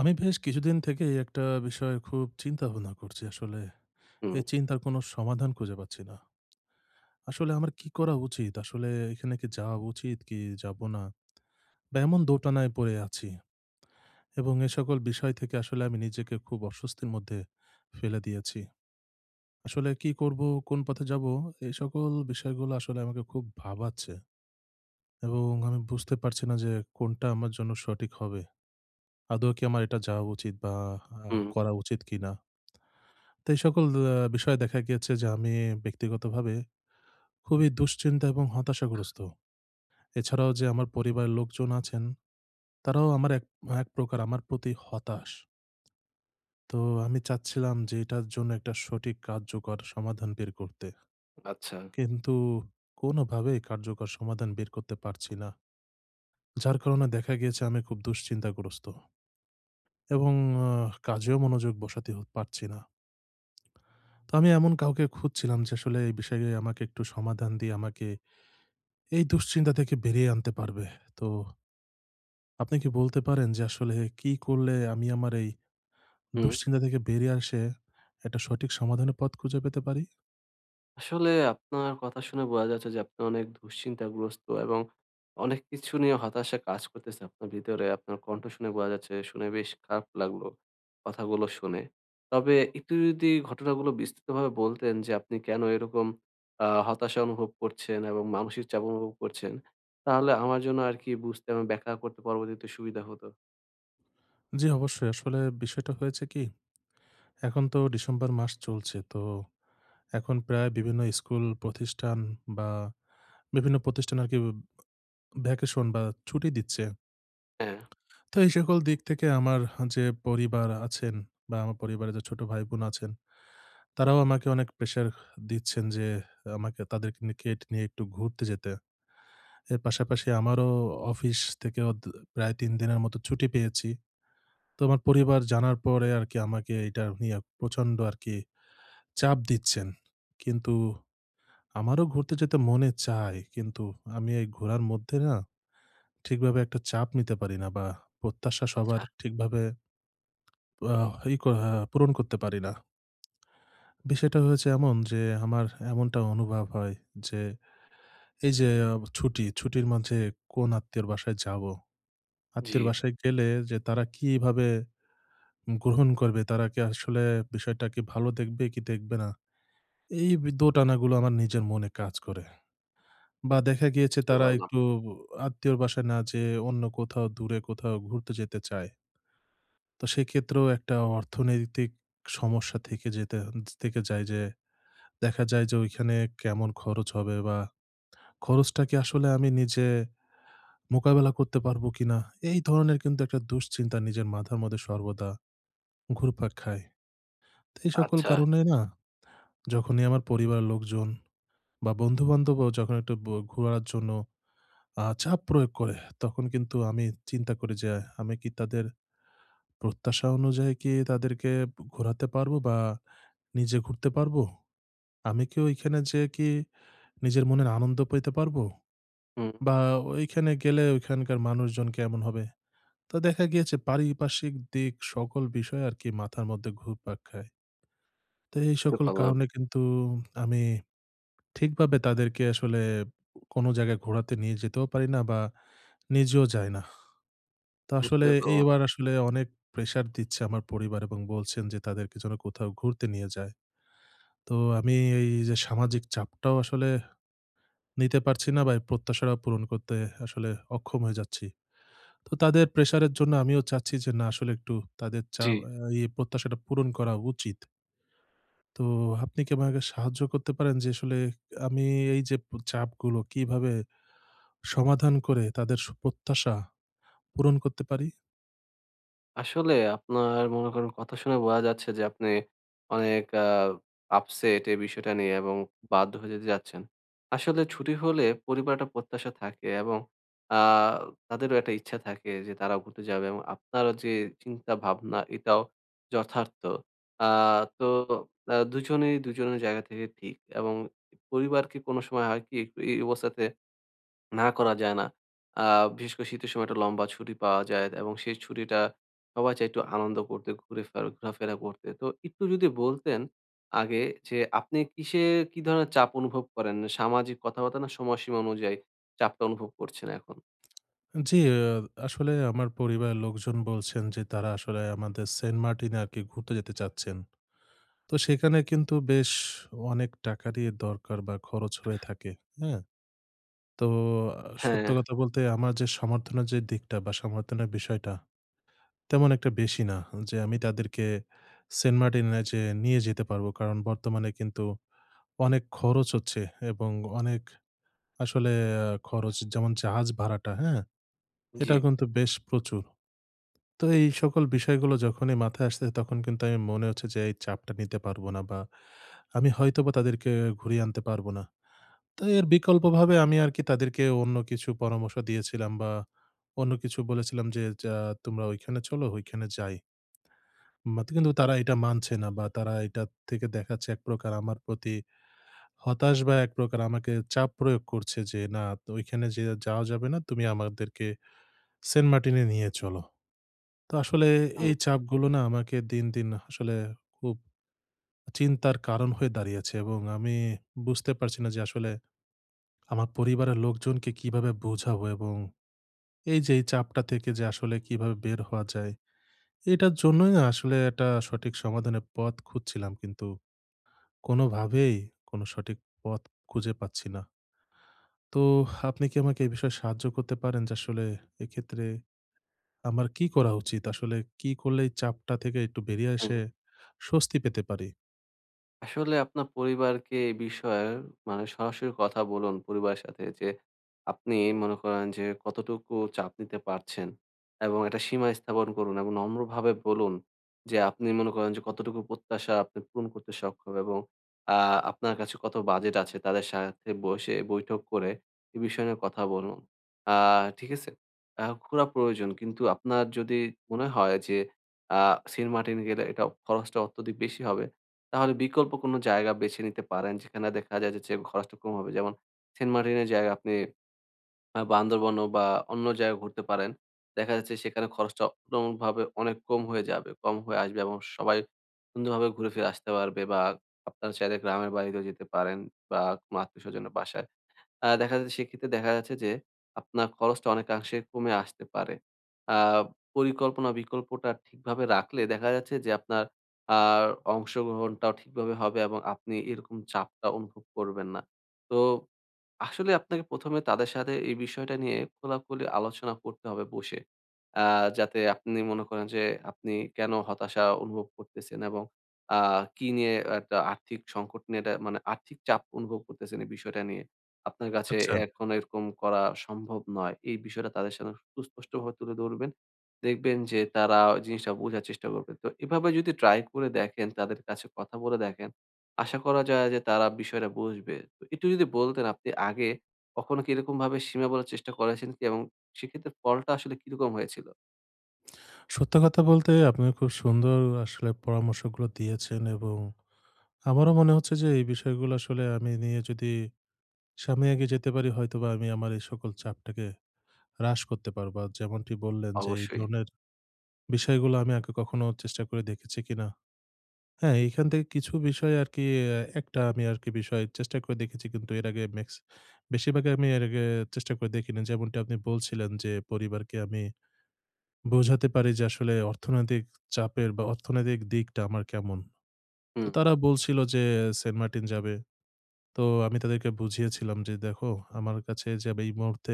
আমি বেশ কিছুদিন থেকেই একটা বিষয়ে খুব চিন্তা ভাবনা করছি আসলে। হুম, এই চিন্তার কোনো সমাধান খুঁজে পাচ্ছি না। আসলে আমার কি করা উচিত? আসলে এখানে কি যাওয়া উচিত কি যাব না? বা এমন দোটানায় পড়ে আছি এবং এ সকল বিষয় থেকে আসলে আমি নিজেকে খুব অস্বস্তির মধ্যে ফেলে দিয়েছি। আসলে কি করব? কোন পথে যাব? এই সকল বিষয়গুলো আসলে আমাকে খুব ভাবাচ্ছে এবং আমি বুঝতে পারছি না যে কোনটা আমার জন্য সঠিক হবে। আদৌ কি আমার এটা যাওয়া উচিত বা আ হুম, করা উচিত কিনা? তো এই সকল বিষয়ে দেখা গিয়েছে যে আমি ব্যক্তিগতভাবে খুবই দুশ্চিন্তা এবং হতাশাগ্রস্ত। এছাড়াও যে আমার পরিবারের লোকজন আছেন, তারাও আমার এক এক প্রকার আমার প্রতি হতাশ। তো আমি চাচ্ছিলাম যে এটার জন্য একটা সঠিক কার্যকর সমাধান বের করতে। আচ্ছা। কিন্তু কোনোভাবেই কার্যকর সমাধান বের করতে পারছি না। যার কারণে দেখা গিয়েছে আমি খুব দুশ্চিন্তাগ্রস্ত এবং কাজেও মনোযোগ বসাতে পারছি না। তো আমি এমন কাউকে খুঁজছিলাম যে আসলে এই বিষয়ে আমাকে একটু সমাধান দিয়ে আমাকে এই দুশ্চিন্তা থেকে বেরিয়ে আনতে পারবে। তো আপনি কি বলতে পারেন যে আসলে কি করলে আমি আমার এই হুম। দুশ্চিন্তা থেকে বেরিয়ে এসে একটা সঠিক সমাধানের পথ খুঁজে পেতে পারি? আসলে আপনার কথা শুনে বোঝা যাচ্ছে যে আপনি অনেক দুশ্চিন্তাগ্রস্ত এবং অনেক কিছু নিয়ে হতাশা কাজ করতেছে আপনার ভিতরে। আপনার কণ্ঠ শুনে বোঝা যাচ্ছে, শুনে বেশ খারাপ লাগলো কথাগুলো শুনে। তবে একটু যদি ঘটনাগুলো বিস্তৃতভাবে বলতেন যে আপনি কেন এরকম হতাশা অনুভব করছেন এবং মানসিক চাপ অনুভব করছেন, তাহলে আমার জন্য আরকি বুঝতে আমি ব্যাখ্যা করতে পরবর্তীতে সুবিধা হতো। জি, অবশ্যই। আসলে বিষয়টা হয়েছে কি? এখন তো ডিসেম্বর মাস চলছে। তো এখন প্রায় বিভিন্ন স্কুল, প্রতিষ্ঠান বা বিভিন্ন প্রতিষ্ঠান আরকি ভ্যাকেশন বা ছুটি দিচ্ছে। হ্যাঁ, তো এই সকল দিক থেকে আমার যে পরিবার আছেন বা আমার পরিবারে যে ছোট ভাই-বোন আছেন তারাও আমাকে অনেক প্রেশার দিচ্ছেন যে আমাকে তাদেরকে নিয়ে নিয়ে একটু ঘুরতে যেতে। এর পাশাপাশি আমারও অফিস থেকে প্রায় ৩ দিনের মতো ছুটি পেয়েছি। তো আমার পরিবার জানার পরে আরকি আমাকে এটা নিয়ে প্রচন্ড আরকি চাপ দিচ্ছেন। কিন্তু আমারও ঘুরতে যেতে মনে চায়। কিন্তু আমি এই ঘোরার মধ্যে না ঠিকভাবে একটা চাপ নিতে পারি না বা প্রত্যাশা সবার আচ্ছা। ঠিকভাবে আহ ই ক পূরণ করতে পারি না। বিষয়টা হয়েছে এমন যে আমার এমনটা অনুভব হয় যে এই যে ছুটির মাঝে কোন আত্মীয়র বাসায় যাবো? জি, আত্মীয়র বাসায় গেলে যে তারা কিভাবে গ্রহণ করবে? তারা কি আসলে বিষয়টা কি ভালো দেখবে কি দেখবে না? এই দোটানাগুলো আমার নিজের মনে কাজ করে। বা দেখা গিয়েছে বুঝতে তারা পারলাম। একটু আত্মীয়র বাসায় না যেয়ে অন্য কোথাও দূরে কোথাও ঘুরতে যেতে চায়। তো সেক্ষেত্রেও একটা অর্থনৈতিক সমস্যা থেকে যায় যে দেখা যায় যে ওইখানে কেমন খরচ হবে বা খরচটা কি আসলে আমি নিজে মোকাবেলা করতে পারবো কিনা এই ধরনের কিন্তু একটা দুশ্চিন্তা নিজের মাথার মধ্যে সর্বদা ঘুরপাক খায়। তো এই সকল আচ্ছা, কারণে না যখনই আমার পরিবারের লোকজন বা বন্ধু-বান্ধবও যখন একটু ঘোরার জন্য চাপ প্রয়োগ করে তখন কিন্তু আমি চিন্তা করি যে আমি কি তাদের প্রত্যাশা অনুযায়ী কি তাদেরকে ঘোরাতে পারবো বা নিজে ঘুরতে পারবো? আমি কি ওইখানে যেয়ে কি নিজের মনের আনন্দ পেতে পারবো? হুম, বা ওইখানে গেলে ওইখানকার মানুষজন কেমন হবে? তো দেখা গিয়েছে পারিপার্শ্বিক দিক সকল বিষয় আর কি মাথার মধ্যে ঘুরপাক খায়। তো এই বুঝতে সকল পারলাম, কারণে কিন্তু আমি ঠিকভাবে তাদেরকে আসলে কোনো জায়গায় ঘোরাতে নিয়ে যেতেও পারি না বা নিজেও যাই না। তো আসলে বুঝতে পারলাম। এইবার আসলে অনেক প্রেশার দিচ্ছে আমার পরিবার এবং বলছেন যে তাদেরকে যেন কোথাও ঘুরতে নিয়ে যায়। তো আমি এই যে সামাজিক চাপটাও আসলে নিতে পারছি না বা এই প্রত্যাশাটাও পূরণ করতে আসলে অক্ষম হয়ে যাচ্ছি। তো তাদের প্রেশারের জন্য আমিও চাচ্ছি যে না আসলে একটু তাদের চা জি, আ ইয়ে প্রত্যাশাটা পূরণ করা উচিত। তো আপনি কি আমাকে সাহায্য করতে পারেন যে আসলে আমি এই যে চাপগুলো কিভাবে সমাধান করে তাদের প্রত্যাশা পূরণ করতে পারি? আসলে আপনার মনে করেন কথা শুনে বোঝা যাচ্ছে যে আপনি অনেক আপসেট এই বিষয়টা নিয়ে এবং বাধ্য হয়ে যেতে যাচ্ছেন। আসলে ছুটি হলে পরিবারের একটা প্রত্যাশা থাকে এবং আ তাদেরও একটা ইচ্ছা থাকে যে তারা ঘুরতে যাবে এবং আপনারও যে চিন্তা ভাবনা এটাও যথার্থ। আ তো দুজনেই দুজনের জায়গা থেকে ঠিক এবং পরিবারকে কোনো সময় হয় কি একটু এই অবস্থাতে না করা যায় না। আ বিশেষ করে শীতের সময় একটা লম্বা ছুটি পাওয়া যায় এবং সেই ছুটিটা সবাই চায় একটু আনন্দ করতে, ঘুরে ফের ঘোরাফেরা করতে। তো একটু যদি বলতেন আগে যে আপনি কিসে কি ধরনের চাপ অনুভব করেন? সামাজিক কথাবার্তা না সময়সীমা অনুযায়ী চাপটা অনুভব করছেন এখন? জি, আসলে আমার পরিবারের লোকজন বলছেন যে তারা আসলে আমাদের সেন্ট মার্টিন এ আরকি ঘুরতে যেতে চাচ্ছেন। তো সেখানে কিন্তু বেশ অনেক টাকারই দরকার বা খরচ হয়ে থাকে। হ্যাঁ? তো আহ, সত্য হ্যাঁ, কথা বলতে আমার যে সমর্থনের যে দিকটা বা সমর্থনের বিষয়টা তেমন একটা বেশি না যে আমি তাদেরকে সেন্ট মার্টিনে যে নিয়ে যেতে পারবো। কারণ বর্তমানে কিন্তু অনেক খরচ হচ্ছে এবং অনেক আসলে খরচ যেমন জাহাজ ভাড়াটা, হ্যাঁ? জি। এটা কিন্তু বেশ প্রচুর। তো এই সকল বিষয়গুলো যখনই মাথায় আসছে তখন কিন্তু আমি মনে হচ্ছে যে এই চাপটা নিতে পারবো না বা আমি হয়তোবা তাদেরকে ঘুরিয়ে আনতে পারবো না। তো এর বিকল্পভাবে আমি আরকি তাদেরকে অন্য কিছু পরামর্শ দিয়েছিলাম বা অন্য কিছু বলেছিলাম যে, "যা তোমরা ঐখানে চলো, ঐখানে যাই।" কিন্তু তারা এটা মানছে না বা তারা এটা থেকে দেখাচ্ছে এক প্রকার আমার প্রতি হতাশ বা এক প্রকার আমাকে চাপ প্রয়োগ করছে যে, "না, তো ঐখানে যে যাওয়া যাবে না। তুমি আমাদেরকে সেন্ট মার্টিনে নিয়ে চলো।" তো আসলে হুম, এই চাপগুলো না আমাকে দিন, দিন আসলে খুব চিন্তার কারণ হয়ে দাঁড়িয়েছে এবং আমি বুঝতে পারছি না যে আসলে আমার পরিবারের লোকজনকে কিভাবে বোঝাবো এবং এই যে এই চাপটা থেকে যে আসলে কিভাবে বের হওয়া যায়, এটার জন্যই না আসলে একটা সঠিক সমাধানের পথ খুঁজছিলাম কিন্তু কোনোভাবেই কোনো সঠিক পথ খুঁজে পাচ্ছি না। তো আপনি কি আমাকে এই বিষয়ে সাহায্য করতে পারেন যে আসলে এক্ষেত্রে আমার কি করা উচিত? আসলে কি করলে এই চাপটা থেকে একটু বেরিয়ে হুম। এসে স্বস্তি পেতে পারি? আসলে আপনার পরিবারকে এ বিষয়ে মানে সরাসরি কথা বলুন পরিবারের সাথে যে, আপনি মনে করেন যে কতটুকু চাপ নিতে পারছেন এবং একটা সীমা স্থাপন করুন এবং নম্রভাবে বলুন যে, আপনি মনে করেন যে কতটুকু প্রত্যাশা আপনি পূরণ করতে সক্ষম এবং আ আপনার কাছে কত বাজেট আছে তাদের সাথে বসে বৈঠক করে এ বিষয় নিয়ে কথা বলুন। আ ঠিক আছে? ঘোরা প্রয়োজন। কিন্তু আপনার যদি মনে হয় যে আ সেন্ট মার্টিন গেলে এটা খরচটা অত্যধিক বেশি হবে তাহলে বিকল্প কোনো জায়গা বেছে নিতে পারেন, যেখানে দেখা যায় যে, খরচটা কম হবে। যেমন সেন্ট মার্টিনের জায়গায় আপনি বান্দরবনও বা অন্য জায়গায় ঘুরতে পারেন। দেখা যাচ্ছে সেখানে খরচটা তুলনামূলকভাবে অনেক কম হয়ে যাবে, কম হয়ে আসবে এবং সবাই সুন্দরভাবে ঘুরে ফিরে আসতে পারবে বা আপনারা চাইলে গ্রামের বাড়িতেও যেতে পারেন বা কোনো আত্মীয়স্বজনের বাসায়। দেখা যাচ্ছে সেক্ষেত্রে দেখা যাচ্ছে যে আপনার খরচটা অনেকাংশে কমে আসতে পারে। আ পরিকল্পনা বিকল্পটা ঠিকভাবে রাখলে দেখা যাচ্ছে যে আপনার আ অংশগ্রহণটাও ঠিকভাবে হবে এবং আপনি এরকম চাপটা অনুভব করবেন না। তো আসলে আপনাকে প্রথম এ তাদের সাথে এই বিষয়টা নিয়ে খোলাখুলি আলোচনা করতে হবে বসে। আ যাতে আপনি মনে করেন যে আপনি কেন হতাশা অনুভব করতেছেন এবং আ কি নিয়ে একটা আর্থিক সংকট নিয়ে এটা মানে আর্থিক চাপ অনুভব করতেছেন এই বিষয়টা নিয়ে। আপনার কাছে আচ্ছা, এখন এরকম করা সম্ভব নয়। এই বিষয়টা তাদের সামনে সুস্পষ্টভাবে তুলে ধরবেন। দেখবেন যে তারা ওই জিনিসটা বোঝার চেষ্টা করবে। তো এভাবে যদি ট্রাই করে দেখেন, তাদের কাছে কথা বলে দেখেন আশা করা যায় যে তারা বিষয়টা বুঝবে। তো একটু যদি বলতেন আপনি আগে কখনো কি এরকমভাবে সীমা বলার চেষ্টা করেছেন কি? এবং সেক্ষেত্রে ফলটা আসলে কিরকম হয়েছিল? সত্য কথা বলতে আপনি খুব সুন্দর আসলে পরামর্শগুলো দিয়েছেন এবং আমারও মনে হচ্ছে যে এই বিষয়গুলো আসলে আমি নিয়ে যদি সামনে এগিয়ে যেতে পারি হয়তোবা আমি আমার এই সকল চাপটাকে হ্রাস করতে পারবো। আর যেমনটি বললেন যে এই অবশ্যই। ধরনের বিষয়গুলো আমি আগে কখনো চেষ্টা করে দেখেছি কিনা। হ্যাঁ, এইখান থেকে কিছু বিষয় আরকি একটা আমি আরকি বিষয় চেষ্টা করে দেখেছি কিন্তু এর আগে বেশিরভাগই আমি এর আগে চেষ্টা করে দেখিনি। যেমনটি আপনি বলছিলেন যে পরিবারকে আমি বোঝাতে পারি যে আসলে অর্থনৈতিক চাপের বা অর্থনৈতিক দিকটা আমার কেমন। তো হুম। তারা বলছিল যে সেন্ট মার্টিন যাবে। তো আমি তাদেরকে বুঝিয়েছিলাম যে দেখো আমার কাছে যাবে এই মুহূর্তে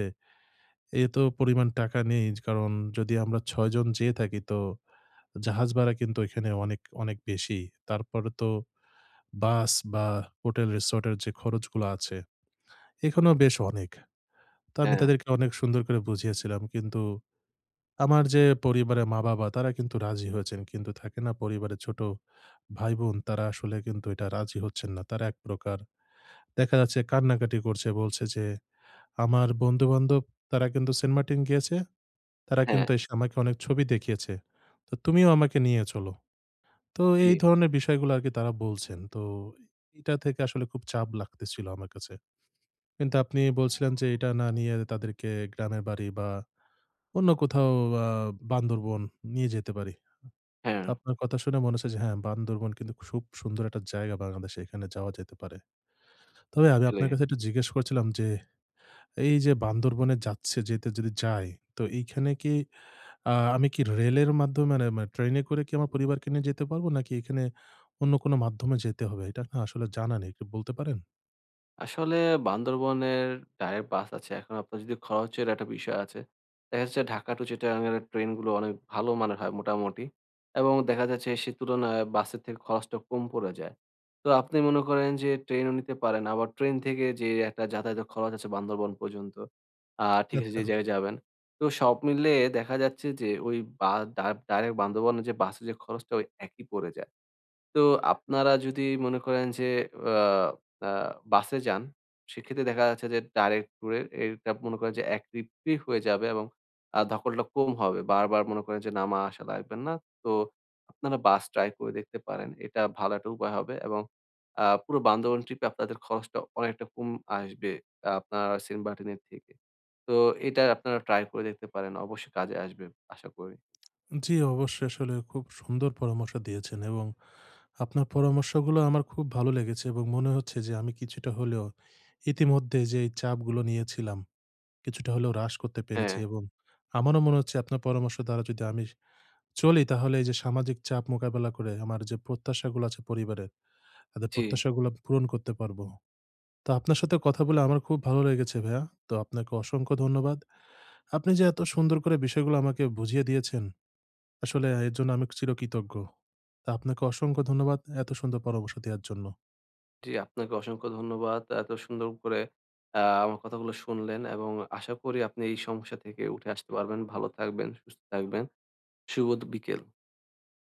এত পরিমাণ টাকা নেই কারণ যদি আমরা ৬ জন যেয়ে থাকি তো জাহাজ ভাড়া কিন্তু এখানে অনেক, অনেক বেশি। তারপরে তো বাস বা হোটেল রিসোর্টের যে খরচগুলো আছে এখানেও বেশ অনেক। তো আমি হ্যাঁ, তাদেরকে অনেক সুন্দর করে বুঝিয়েছিলাম। কিন্তু আমার যে পরিবারের মা-বাবা তারা কিন্তু রাজি হয়েছেন। কিন্তু থাকে না পরিবারের ছোট ভাই-বোন তারা আসলে কিন্তু এটা রাজি হচ্ছেন না। তারা এক প্রকার দেখা যাচ্ছে কান্নাকাটি করছে বলছে যে, "আমার বন্ধু-বান্ধব তারা কিন্তু সেন্ট মার্টিন গিয়েছে।" তারা হ্যাঁ, কিন্তু এসে আমাকে অনেক ছবি দেখিয়েছে। তো তুমিও আমাকে নিয়ে চলো। তো জি, এই ধরনের বিষয়গুলো আরকি তারা বলছেন। তো এটা থেকে আসলে খুব চাপ লাগতেছিল আমার কাছে। কিন্তু আপনি বলছিলেন যে এটা না নিয়ে তাদেরকে গ্রামের বাড়ি বা অন্য কোথাও আ বান্দরবন নিয়ে যেতে পারি। হ্যাঁ, তো আপনার কথা শুনে মনে হচ্ছে যে হ্যাঁ, বান্দরবন কিন্তু খুব সুন্দর একটা জায়গা বাংলাদেশে, এখানে যাওয়া যেতে পারে। তবে আমি আপনার আসলেই। কাছে একটু জিজ্ঞেস করছিলাম যে এই যে বান্দরবনে যেতে যদি যাই, তো এইখানে কি আ আমি কি রেলের মাধ্যমে মানে ট্রেনে করে কি আমার পরিবারকে নিয়ে যেতে পারবো? নাকি এখানে অন্য কোনো মাধ্যমে যেতে হবে? এটা না আসলে জানা নেই। একটু বলতে পারেন? আসলে বান্দরবনের ডাইরেক্ট বাস আছে। এখন আপনার যদি খরচের একটা বিষয় আছে। দেখা যাচ্ছে ঢাকা টু চিটাগাং এর ট্রেনগুলো অনেক ভালো মানের হয় মোটামুটি। এবং দেখা যাচ্ছে সে তুলনায় বাসের থেকে খরচটা কম পড়ে যায়। তো আপনি মনে করেন যে ট্রেনও নিতে পারেন। আবার ট্রেন থেকে যে একটা যাতায়াতের খরচ আছে বান্দরবন পর্যন্ত। ঠিক আছে আচ্ছা। যে জায়গায় যাবেন। তো সব মিলিয়ে দেখা যাচ্ছে যে ওই বা ডা ডাইরেক্ট বান্দরবনের যে বাসের যে খরচটা ওই একই পড়ে যায়। তো আপনারা যদি মনে করেন যে আ আ বাসে যান, সেক্ষেত্রে দেখা যাচ্ছে যে ডাইরেক্ট ট্যুরে এটা মনে করেন যে এক ট্রিপই হয়ে যাবে এবং ধকলটা কম হবে। বারবার মনে করেন যে নামা আসা লাগবে না। তো আপনারা বাস ট্রাই করে দেখতে পারেন। এটা ভালো একটা উপায় হবে এবং পুরো বান্দরবন ট্রিপে আপনাদের খরচটা অনেকটা কম আসবে আপনার সেন্টমার্টিনের থেকে। তো এটা আপনারা ট্রাই করে দেখতে পারেন। অবশ্যই কাজে আসবে আশা করি। জি, অবশ্যই আসলে খুব সুন্দর পরামর্শ দিয়েছেন এবং আপনার পরামর্শগুলো আমার খুব ভালো লেগেছে এবং মনে হচ্ছে যে আমি কিছুটা হলেও ইতিমধ্যে যেই চাপগুলো নিয়েছিলাম, কিছুটা হলেও হ্রাস করতে হ্যাঁ, পেরেছি এবং আমারও মনে হচ্ছে আপনার পরামর্শ দ্বারা যদি আমি চলি তাহলে এই যে সামাজিক চাপ মোকাবেলা করে আমার যে প্রত্যাশাগুলো আছে পরিবারের, তাদের জি। প্রত্যাশাগুলো পূরণ করতে পারবো। তো আপনার সাথে কথা বলে আমার খুব ভালো লেগেছে ভাইয়া। তো আপনাকে অসংখ্য ধন্যবাদ। আপনি যে এত সুন্দর করে বিষয়গুলো আমাকে বুঝিয়ে দিয়েছেন, আসলে এর জন্য আমি চিরকৃতজ্ঞ। তা আপনাকে অসংখ্য ধন্যবাদ এত সুন্দর পরামর্শ দেওয়ার জন্য। জি, আপনাকে অসংখ্য ধন্যবাদ। এত সুন্দর করে আমার কথাগুলো শুনলেন এবং আশা করি আপনি এই সমস্যা থেকে উঠে আসতে পারবেন। ভালো থাকবেন, সুস্থ থাকবেন। শুভ বিকেল।